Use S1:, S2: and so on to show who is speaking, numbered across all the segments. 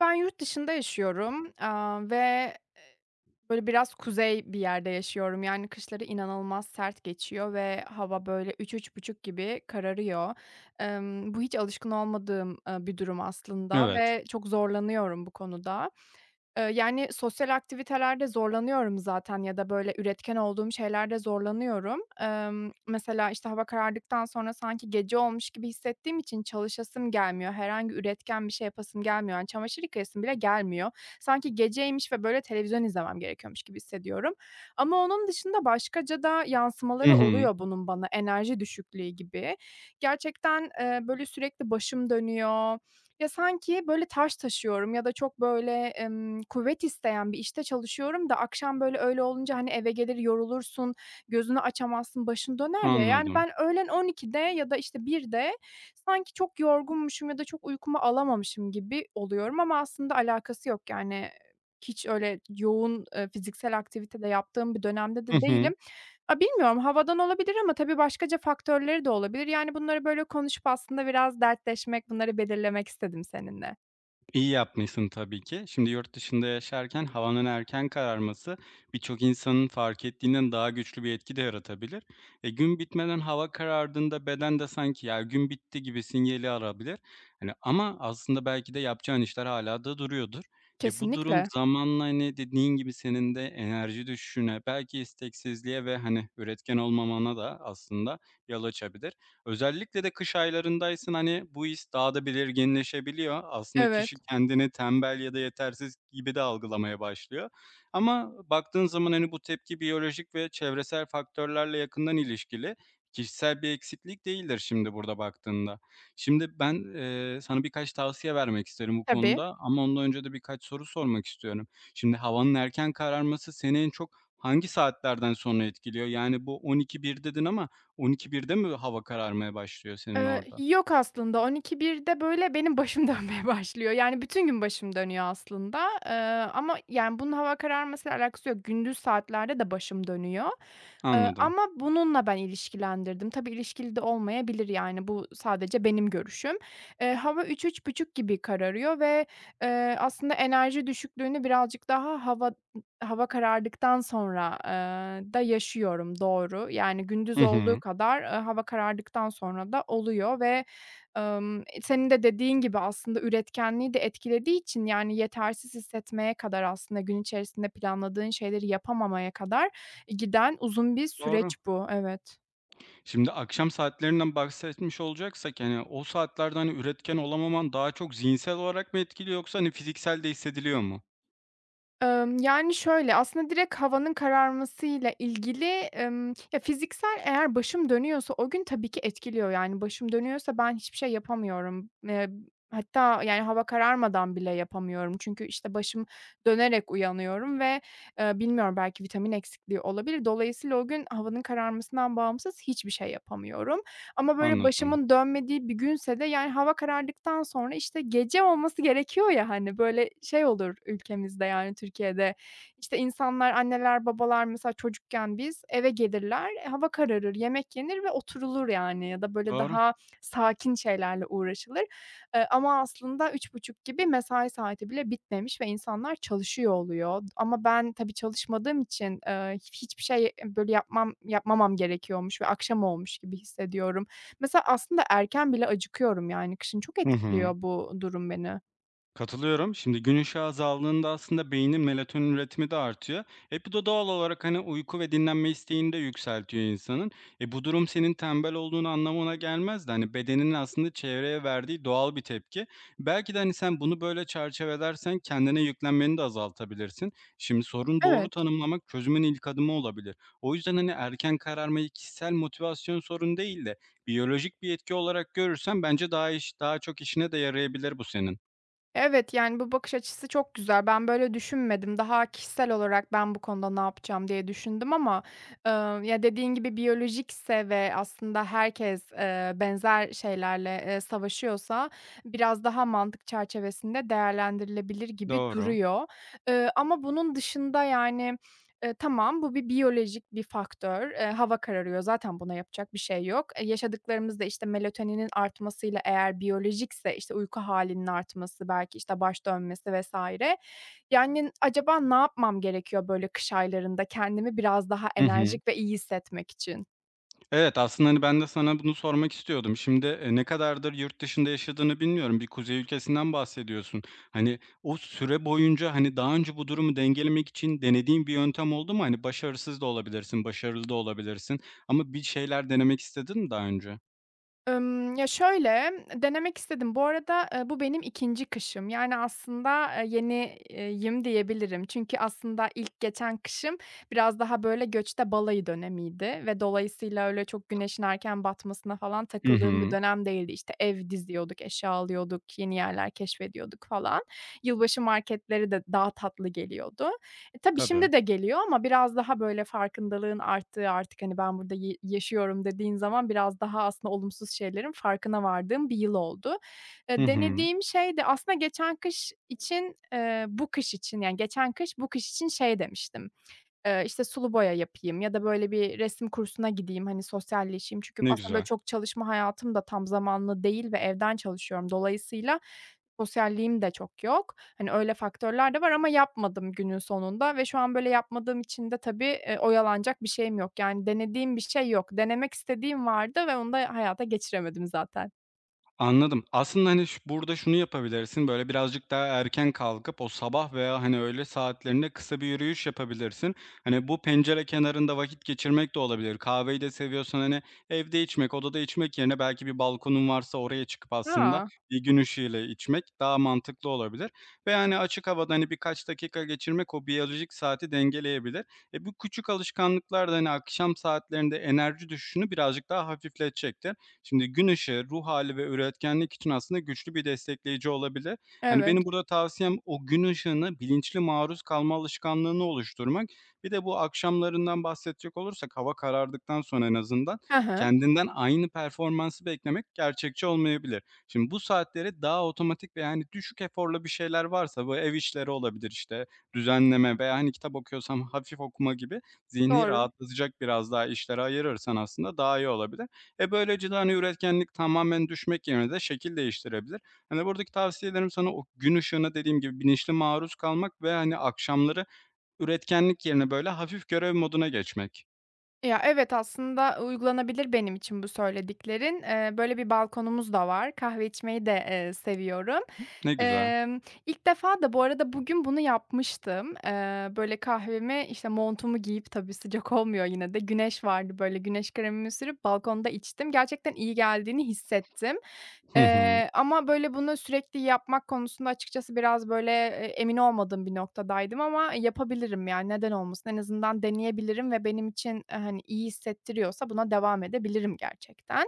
S1: Ben yurt dışında yaşıyorum, ve, böyle, biraz kuzey bir yerde yaşıyorum. Yani, kışları inanılmaz sert geçiyor ve hava, böyle, üç üç buçuk gibi kararıyor. Bu hiç alışkın olmadığım, bir durum aslında
S2: Evet.
S1: ve çok zorlanıyorum bu konuda. Yani, sosyal aktivitelerde zorlanıyorum zaten ya da, böyle, üretken olduğum şeylerde zorlanıyorum. Mesela, işte, hava karardıktan sonra sanki gece olmuş gibi hissettiğim için çalışasım gelmiyor. Herhangi üretken bir şey yapasım gelmiyor. Yani, çamaşır yıkayasım bile gelmiyor. Sanki geceymiş ve, böyle, televizyon izlemem gerekiyormuş gibi hissediyorum. Ama onun dışında başkaca da
S2: Hı
S1: yansımaları
S2: hı.
S1: oluyor bunun bana, enerji düşüklüğü gibi. Gerçekten, böyle, sürekli başım dönüyor, ya, sanki böyle taş taşıyorum ya da çok böyle, kuvvet isteyen bir işte çalışıyorum da akşam böyle öyle olunca, hani, eve gelir yorulursun, gözünü açamazsın, başın döner ya. Yani,
S2: Anladım.
S1: ben öğlen 12'de ya da, işte, 13.00'de sanki çok yorgunmuşum ya da çok uykumu alamamışım gibi oluyorum ama aslında alakası yok. Yani, hiç öyle yoğun, fiziksel aktivite de yaptığım bir dönemde
S2: Hı
S1: de
S2: hı.
S1: değilim. Bilmiyorum, havadan olabilir ama tabii başkaca faktörleri de olabilir. Yani, bunları böyle konuşup aslında biraz dertleşmek, bunları belirlemek istedim seninle.
S2: İyi yapmışsın tabii ki. Şimdi yurt dışında yaşarken havanın erken kararması birçok insanın fark ettiğinden daha güçlü bir etki de yaratabilir. E, gün bitmeden hava karardığında beden de sanki ya gün bitti gibi sinyali arabilir. Hani ama aslında belki de yapacağın işler hala da duruyordur. E, bu durum
S1: Kesinlikle.
S2: zamanla, hani, dediğin gibi senin de enerji düşüşüne, belki isteksizliğe ve, hani, üretken olmamana da aslında yol açabilir. Özellikle de kış aylarındaysın hani, bu his daha da belirginleşebiliyor. Aslında
S1: Evet.
S2: kişi kendini tembel ya da yetersiz gibi de algılamaya başlıyor. Ama baktığın zaman, hani, bu tepki biyolojik ve çevresel faktörlerle yakından ilişkili. Kişisel bir eksiklik değildir şimdi burada baktığında. Şimdi ben, sana birkaç tavsiye vermek isterim bu
S1: Tabii.
S2: konuda ama ondan önce de birkaç soru sormak istiyorum. Şimdi havanın erken kararması seni en çok hangi saatlerden sonra etkiliyor? Yani bu 12-1 dedin ama 1200 birde mi hava kararmaya başlıyor senin orada?
S1: Yok aslında. On iki birde böyle benim başım dönmeye başlıyor. Yani bütün gün başım dönüyor aslında. Eee, Ama yani bunun hava kararmasıyla alakası yok. Gündüz saatlerde de başım dönüyor.
S2: Anladım.
S1: Ama bununla ben ilişkilendirdim. Tabii ilişkili de olmayabilir yani bu sadece benim görüşüm. Hava üç üç buçuk gibi kararıyor ve, aslında enerji düşüklüğünü birazcık daha hava karardıktan sonra, da yaşıyorum, doğru. Yani
S2: Hı
S1: gündüz
S2: hı.
S1: olduğu kadar, hava karardıktan sonra da oluyor ve, senin de dediğin gibi aslında üretkenliği de etkilediği için, yani yetersiz hissetmeye kadar aslında gün içerisinde planladığın şeyleri yapamamaya kadar giden uzun bir
S2: Doğru.
S1: süreç bu. Evet.
S2: Şimdi akşam saatlerinden bahsetmiş olacaksak, hani, o saatlerde, hani, üretken olamaman daha çok zihinsel olarak mı etkiliyor yoksa, hani, fiziksel de hissediliyor mu?
S1: Yani, şöyle, aslında direkt havanın kararmasıyla ilgili, ya, fiziksel eğer başım dönüyorsa o gün tabii ki etkiliyor. Yani, başım dönüyorsa ben hiçbir şey yapamıyorum. Hatta, yani, hava kararmadan bile yapamıyorum. Çünkü, işte, başım dönerek uyanıyorum ve, bilmiyorum belki vitamin eksikliği olabilir. Dolayısıyla o gün havanın kararmasından bağımsız hiçbir şey yapamıyorum. Ama böyle
S2: Anladım.
S1: başımın dönmediği bir günse de, yani, hava karardıktan sonra, işte, gece olması gerekiyor ya, hani, böyle şey olur ülkemizde, yani, Türkiye'de, işte, insanlar, anneler, babalar mesela çocukken biz eve gelirler, hava kararır, yemek yenir ve oturulur, yani, ya da böyle
S2: Doğru.
S1: daha sakin şeylerle uğraşılır. Ama aslında üç buçuk gibi mesai saati bile bitmemiş ve insanlar çalışıyor oluyor. Ama ben tabii çalışmadığım için, hiçbir şey, böyle yapmamam gerekiyormuş ve akşam olmuş gibi hissediyorum. Mesela aslında erken bile acıkıyorum yani kışın. Çok
S2: Hı hı.
S1: etkiliyor bu durum beni.
S2: Katılıyorum. Şimdi gün ışığı azaldığında aslında beynin melatonin üretimi de artıyor. E bu da doğal olarak hani uyku ve dinlenme isteğini de yükseltiyor insanın. E bu durum senin tembel olduğunu anlamına gelmez de hani bedenin aslında çevreye verdiği doğal bir tepki. Belki de hani sen bunu böyle çerçevelersen kendine yüklenmeni de azaltabilirsin. Şimdi sorun doğru
S1: Evet,
S2: tanımlamak çözümün ilk adımı olabilir. O yüzden hani erken kararmayı kişisel motivasyon sorun değil de biyolojik bir etki olarak görürsen bence daha çok işine de yarayabilir bu senin.
S1: evet, yani bu bakış açısı çok güzel. Ben böyle düşünmedim. Daha kişisel olarak ben bu konuda ne yapacağım diye düşündüm ama, ya, dediğin gibi biyolojikse ve aslında herkes, benzer şeylerle, savaşıyorsa biraz daha mantık çerçevesinde değerlendirilebilir gibi
S2: Doğru.
S1: duruyor. Ama bunun dışında yani tamam, bu bir biyolojik bir faktör. Hava kararıyor, zaten buna yapacak bir şey yok. Yaşadıklarımız da, işte, melatoninin artmasıyla eğer biyolojikse, işte, uyku halinin artması, belki, işte, baş dönmesi vesaire. Yani, acaba ne yapmam gerekiyor böyle kış aylarında kendimi biraz daha
S2: Hı hı.
S1: enerjik ve iyi hissetmek için?
S2: Evet, aslında, hani, ben de sana bunu sormak istiyordum. Şimdi, ne kadardır yurt dışında yaşadığını bilmiyorum. Bir kuzey ülkesinden bahsediyorsun. Hani, o süre boyunca, hani, daha önce bu durumu dengelemek için denediğin bir yöntem oldu mu? Hani, başarısız da olabilirsin, başarılı da olabilirsin ama bir şeyler denemek istedin mi daha önce?
S1: Ya, şöyle, denemek istedim. Bu arada, bu benim ikinci kışım. Yani, aslında, yeni yim diyebilirim. Çünkü aslında ilk geçen kışım biraz daha, böyle, göçte balayı dönemiydi ve dolayısıyla öyle çok güneşin erken batmasına falan
S2: Hı
S1: takıldığım bir
S2: hı.
S1: dönem değildi. İşte, ev diziyorduk, eşya alıyorduk, yeni yerler keşfediyorduk falan. Yılbaşı marketleri de daha tatlı geliyordu. Tabii
S2: Tabii.
S1: şimdi de geliyor ama biraz daha böyle farkındalığın arttığı, artık, hani, ben burada yaşıyorum dediğin zaman biraz daha aslında olumsuz şeylerin farkına vardığım bir yıl oldu.
S2: Hı hı.
S1: Denediğim şey de aslında geçen kış için, bu kış için, yani, geçen kış bu kış için şey demiştim. İşte, sulu boya yapayım ya da böyle bir resim kursuna gideyim, hani, sosyalleşeyim. Çünkü
S2: Ne
S1: aslında böyle
S2: güzel.
S1: çok çalışma hayatım da tam zamanlı değil ve evden çalışıyorum. Dolayısıyla sosyalliğim de çok yok. Hani, öyle faktörler de var ama yapmadım günün sonunda ve şu an böyle yapmadığım için de tabii, oyalanacak bir şeyim yok. Yani denediğim bir şey yok. Denemek istediğim vardı ve onu da hayata geçiremedim zaten.
S2: Anladım. Aslında, hani, burada şunu yapabilirsin, böyle, birazcık daha erken kalkıp o sabah veya, hani, öğle saatlerinde kısa bir yürüyüş yapabilirsin. Hani, bu pencere kenarında vakit geçirmek de olabilir. Kahveyi de seviyorsan, hani, evde içmek, odada içmek yerine belki bir balkonun varsa oraya çıkıp aslında
S1: Aa
S2: bir gün ışığıyla içmek daha mantıklı olabilir ve, hani, açık havada, hani, birkaç dakika geçirmek o biyolojik saati dengeleyebilir. E, bu küçük alışkanlıklar da, hani, akşam saatlerinde enerji düşüşünü birazcık daha hafifletecektir. Şimdi gün ışığı, ruh hali ve üretkenlik için aslında güçlü bir destekleyici olabilir. Hani,
S1: Evet.
S2: benim burada tavsiyem o gün ışığına bilinçli maruz kalma alışkanlığını oluşturmak. Bir de bu akşamlarından bahsedecek olursak hava karardıktan sonra en azından
S1: Hı hı.
S2: kendinden aynı performansı beklemek gerçekçi olmayabilir. Şimdi bu saatleri daha otomatik ve, yani, düşük eforla bir şeyler varsa bu ev işleri olabilir, işte, düzenleme veya, hani, kitap okuyorsam hafif okuma gibi zihni
S1: Doğru.
S2: rahatlatacak biraz daha işlere ayırırsan aslında daha iyi olabilir. E, böylece de, hani, üretkenlik tamamen düşmek yerine de şekil değiştirebilir. Hani, buradaki tavsiyelerim sana o gün ışığına dediğim gibi bilinçli maruz kalmak ve, hani, akşamları üretkenlik yerine, böyle, hafif görev moduna geçmek.
S1: Ya, evet, aslında uygulanabilir benim için bu söylediklerin. Böyle bir balkonumuz da var. Kahve içmeyi de, seviyorum.
S2: Ne güzel.
S1: İlk defa da bu arada bugün bunu yapmıştım. Böyle kahvemi, işte, montumu giyip tabii sıcak olmuyor yine de güneş vardı, böyle, güneş kremimi sürüp balkonda içtim. Gerçekten iyi geldiğini hissettim.
S2: Hı hı.
S1: Ama, böyle, bunu sürekli yapmak konusunda açıkçası biraz, böyle, emin olmadığım bir noktadaydım ama yapabilirim, yani, neden olmasın? En azından deneyebilirim ve benim için, hani, iyi hissettiriyorsa buna devam edebilirim gerçekten.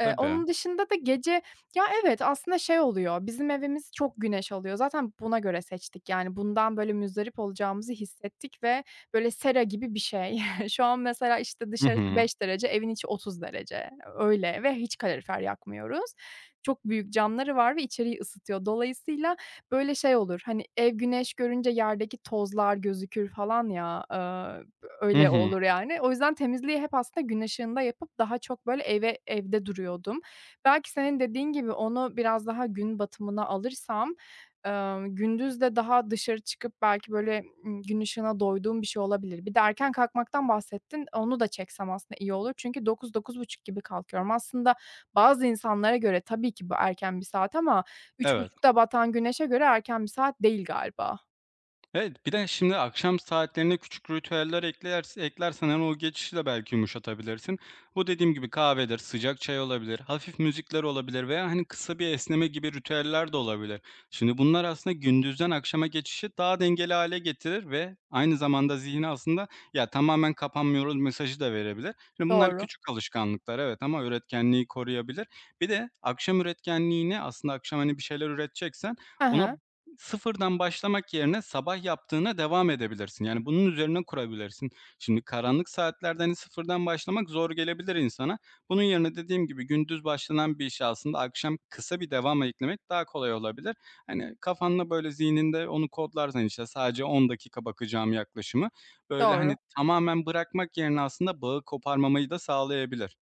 S2: Tabii.
S1: Onun dışında da gece. Ya, evet, aslında şey oluyor, bizim evimiz çok güneş alıyor. Zaten buna göre seçtik, yani, bundan, böyle, müzdarip olacağımızı hissettik ve, böyle, sera gibi bir şey. Şu an mesela, işte,
S2: Hı
S1: dışarısı
S2: hı.
S1: 5 derece, evin içi 30 derece. Öyle ve hiç kalorifer yakmıyoruz, çok büyük camları var ve içeriği ısıtıyor. Dolayısıyla böyle şey olur, hani, ev güneş görünce yerdeki tozlar gözükür falan ya,
S2: Hı
S1: öyle
S2: hı.
S1: olur yani. O yüzden temizliği hep aslında gün ışığında yapıp daha çok böyle evde duruyordum. Belki senin dediğin gibi onu biraz daha gün batımına alırsam, gündüz de daha dışarı çıkıp belki böyle, gün ışığına doyduğum bir şey olabilir. Bir de erken kalkmaktan bahsettin, onu da çeksem aslında iyi olur. Çünkü 09.00-09.30 gibi kalkıyorum. Aslında bazı insanlara göre tabii ki bu erken bir saat ama üç
S2: Evet.
S1: buçukta batan güneşe göre erken bir saat değil galiba.
S2: Evet, bir de şimdi akşam saatlerine küçük ritüeller eklersen, hani, o geçişi de belki yumuşatabilirsin. Bu dediğim gibi kahvedir, sıcak çay olabilir, hafif müzikler olabilir veya, hani, kısa bir esneme gibi ritüeller de olabilir. Şimdi bunlar aslında gündüzden akşama geçişi daha dengeli hale getirir ve aynı zamanda zihni aslında, "Ya, tamamen kapanmıyoruz." mesajı da verebilir. Şimdi bunlar
S1: Doğru.
S2: küçük alışkanlıklar, evet, ama üretkenliği koruyabilir. Bir de akşam üretkenliğini aslında akşam, hani, bir şeyler üreteceksen
S1: Hı
S2: ona
S1: hı.
S2: sıfırdan başlamak yerine sabah yaptığına devam edebilirsin. Yani, bunun üzerine kurabilirsin. Şimdi karanlık saatlerde, hani, sıfırdan başlamak zor gelebilir insana. Bunun yerine dediğim gibi gündüz başlanan bir işe aslında akşam kısa bir devamla eklemek daha kolay olabilir. Hani, kafanla böyle, zihninde onu kodlarsan, işte, sadece 10 dakika bakacağım yaklaşımı, böyle, hani,
S1: Doğru.
S2: tamamen bırakmak yerine aslında bağı koparmamayı da sağlayabilir.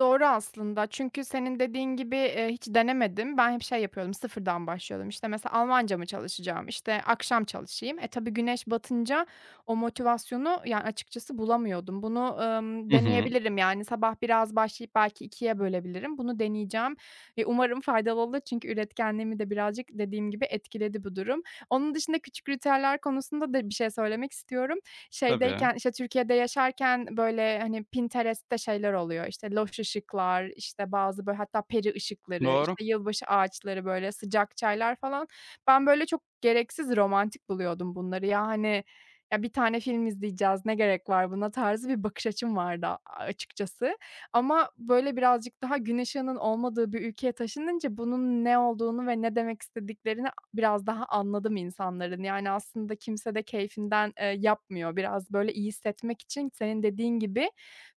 S1: Doğru aslında çünkü senin dediğin gibi, hiç denemedim. Ben hep şey yapıyordum, sıfırdan başlıyordum. İşte, mesela Almanca mı çalışacağım, İşte akşam çalışayım. Tabii güneş batınca o motivasyonu, yani, açıkçası bulamıyordum. Bunu,
S2: Hı hı.
S1: deneyebilirim, yani, sabah biraz başlayıp belki ikiye bölebilirim. Bunu deneyeceğim ve umarım faydalı olur çünkü üretkenliğimi de birazcık dediğim gibi etkiledi bu durum. Onun dışında küçük ritüeller konusunda da bir şey söylemek istiyorum
S2: Tabii.
S1: şeydeyken, işte, Türkiye'de yaşarken, böyle, hani, Pinterest'te şeyler oluyor, işte, loş ışıklar, işte, bazı, böyle, hatta peri ışıkları,
S2: Doğru.
S1: işte, yılbaşı ağaçları, böyle, sıcak çaylar falan. Ben, böyle, çok gereksiz romantik buluyordum bunları. Ya, hani, ya, bir tane film izleyeceğiz, ne gerek var buna tarzı bir bakış açım vardı açıkçası. Ama, böyle, birazcık daha gün ışığının olmadığı bir ülkeye taşınınca bunun ne olduğunu ve ne demek istediklerini biraz daha anladım insanların. Yani, aslında kimse de keyfinden, yapmıyor. Biraz, böyle, iyi hissetmek için senin dediğin gibi,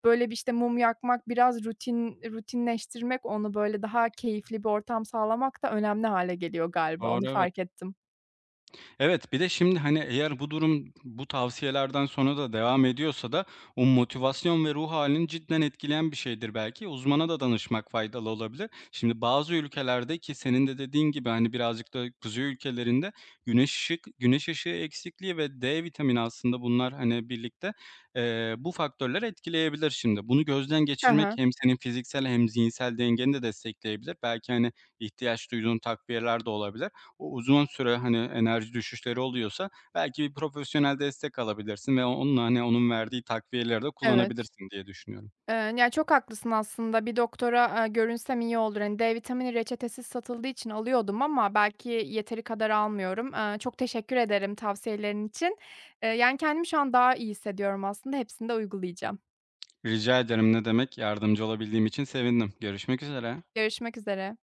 S1: böyle, bir, işte, mum yakmak, biraz rutinleştirmek, onu, böyle, daha keyifli bir ortam sağlamak da önemli hâle geliyor galiba. Onu
S2: Doğru, evet.
S1: fark ettim.
S2: Evet, bir de şimdi, hani, eğer bu durum bu tavsiyelerden sonra da devam ediyorsa da o motivasyon ve ruh halini cidden etkileyen bir şeydir belki. Uzmana da danışmak faydalı olabilir. Şimdi bazı ülkelerde ki senin de dediğin gibi, hani, birazcık da kuzey ülkelerinde güneş ışığı eksikliği ve D vitamini aslında bunlar, hani, birlikte, bu faktörler etkileyebilir şimdi. Bunu gözden
S1: Hı
S2: geçirmek
S1: hı.
S2: hem senin fiziksel hem zihinsel dengeni de destekleyebilir. Belki, hani, ihtiyaç duyduğun takviyeler de olabilir. O uzun süre, hani, enerji düşüşleri oluyorsa belki bir profesyonel destek alabilirsin ve onunla, hani, onun verdiği takviyeleri de
S1: Evet.
S2: kullanabilirsin diye düşünüyorum.
S1: Yani, çok haklısın aslında. Bir doktora, görünsem iyi olur. Hani, D vitamini reçetesiz satıldığı için alıyordum ama belki yeteri kadar almıyorum. Çok teşekkür ederim tavsiyelerin için. Yani, kendimi şu an daha iyi hissediyorum aslında. Hepsini de uygulayacağım.
S2: Rica ederim, ne demek. Yardımcı olabildiğim için sevindim. Görüşmek üzere.
S1: Görüşmek üzere.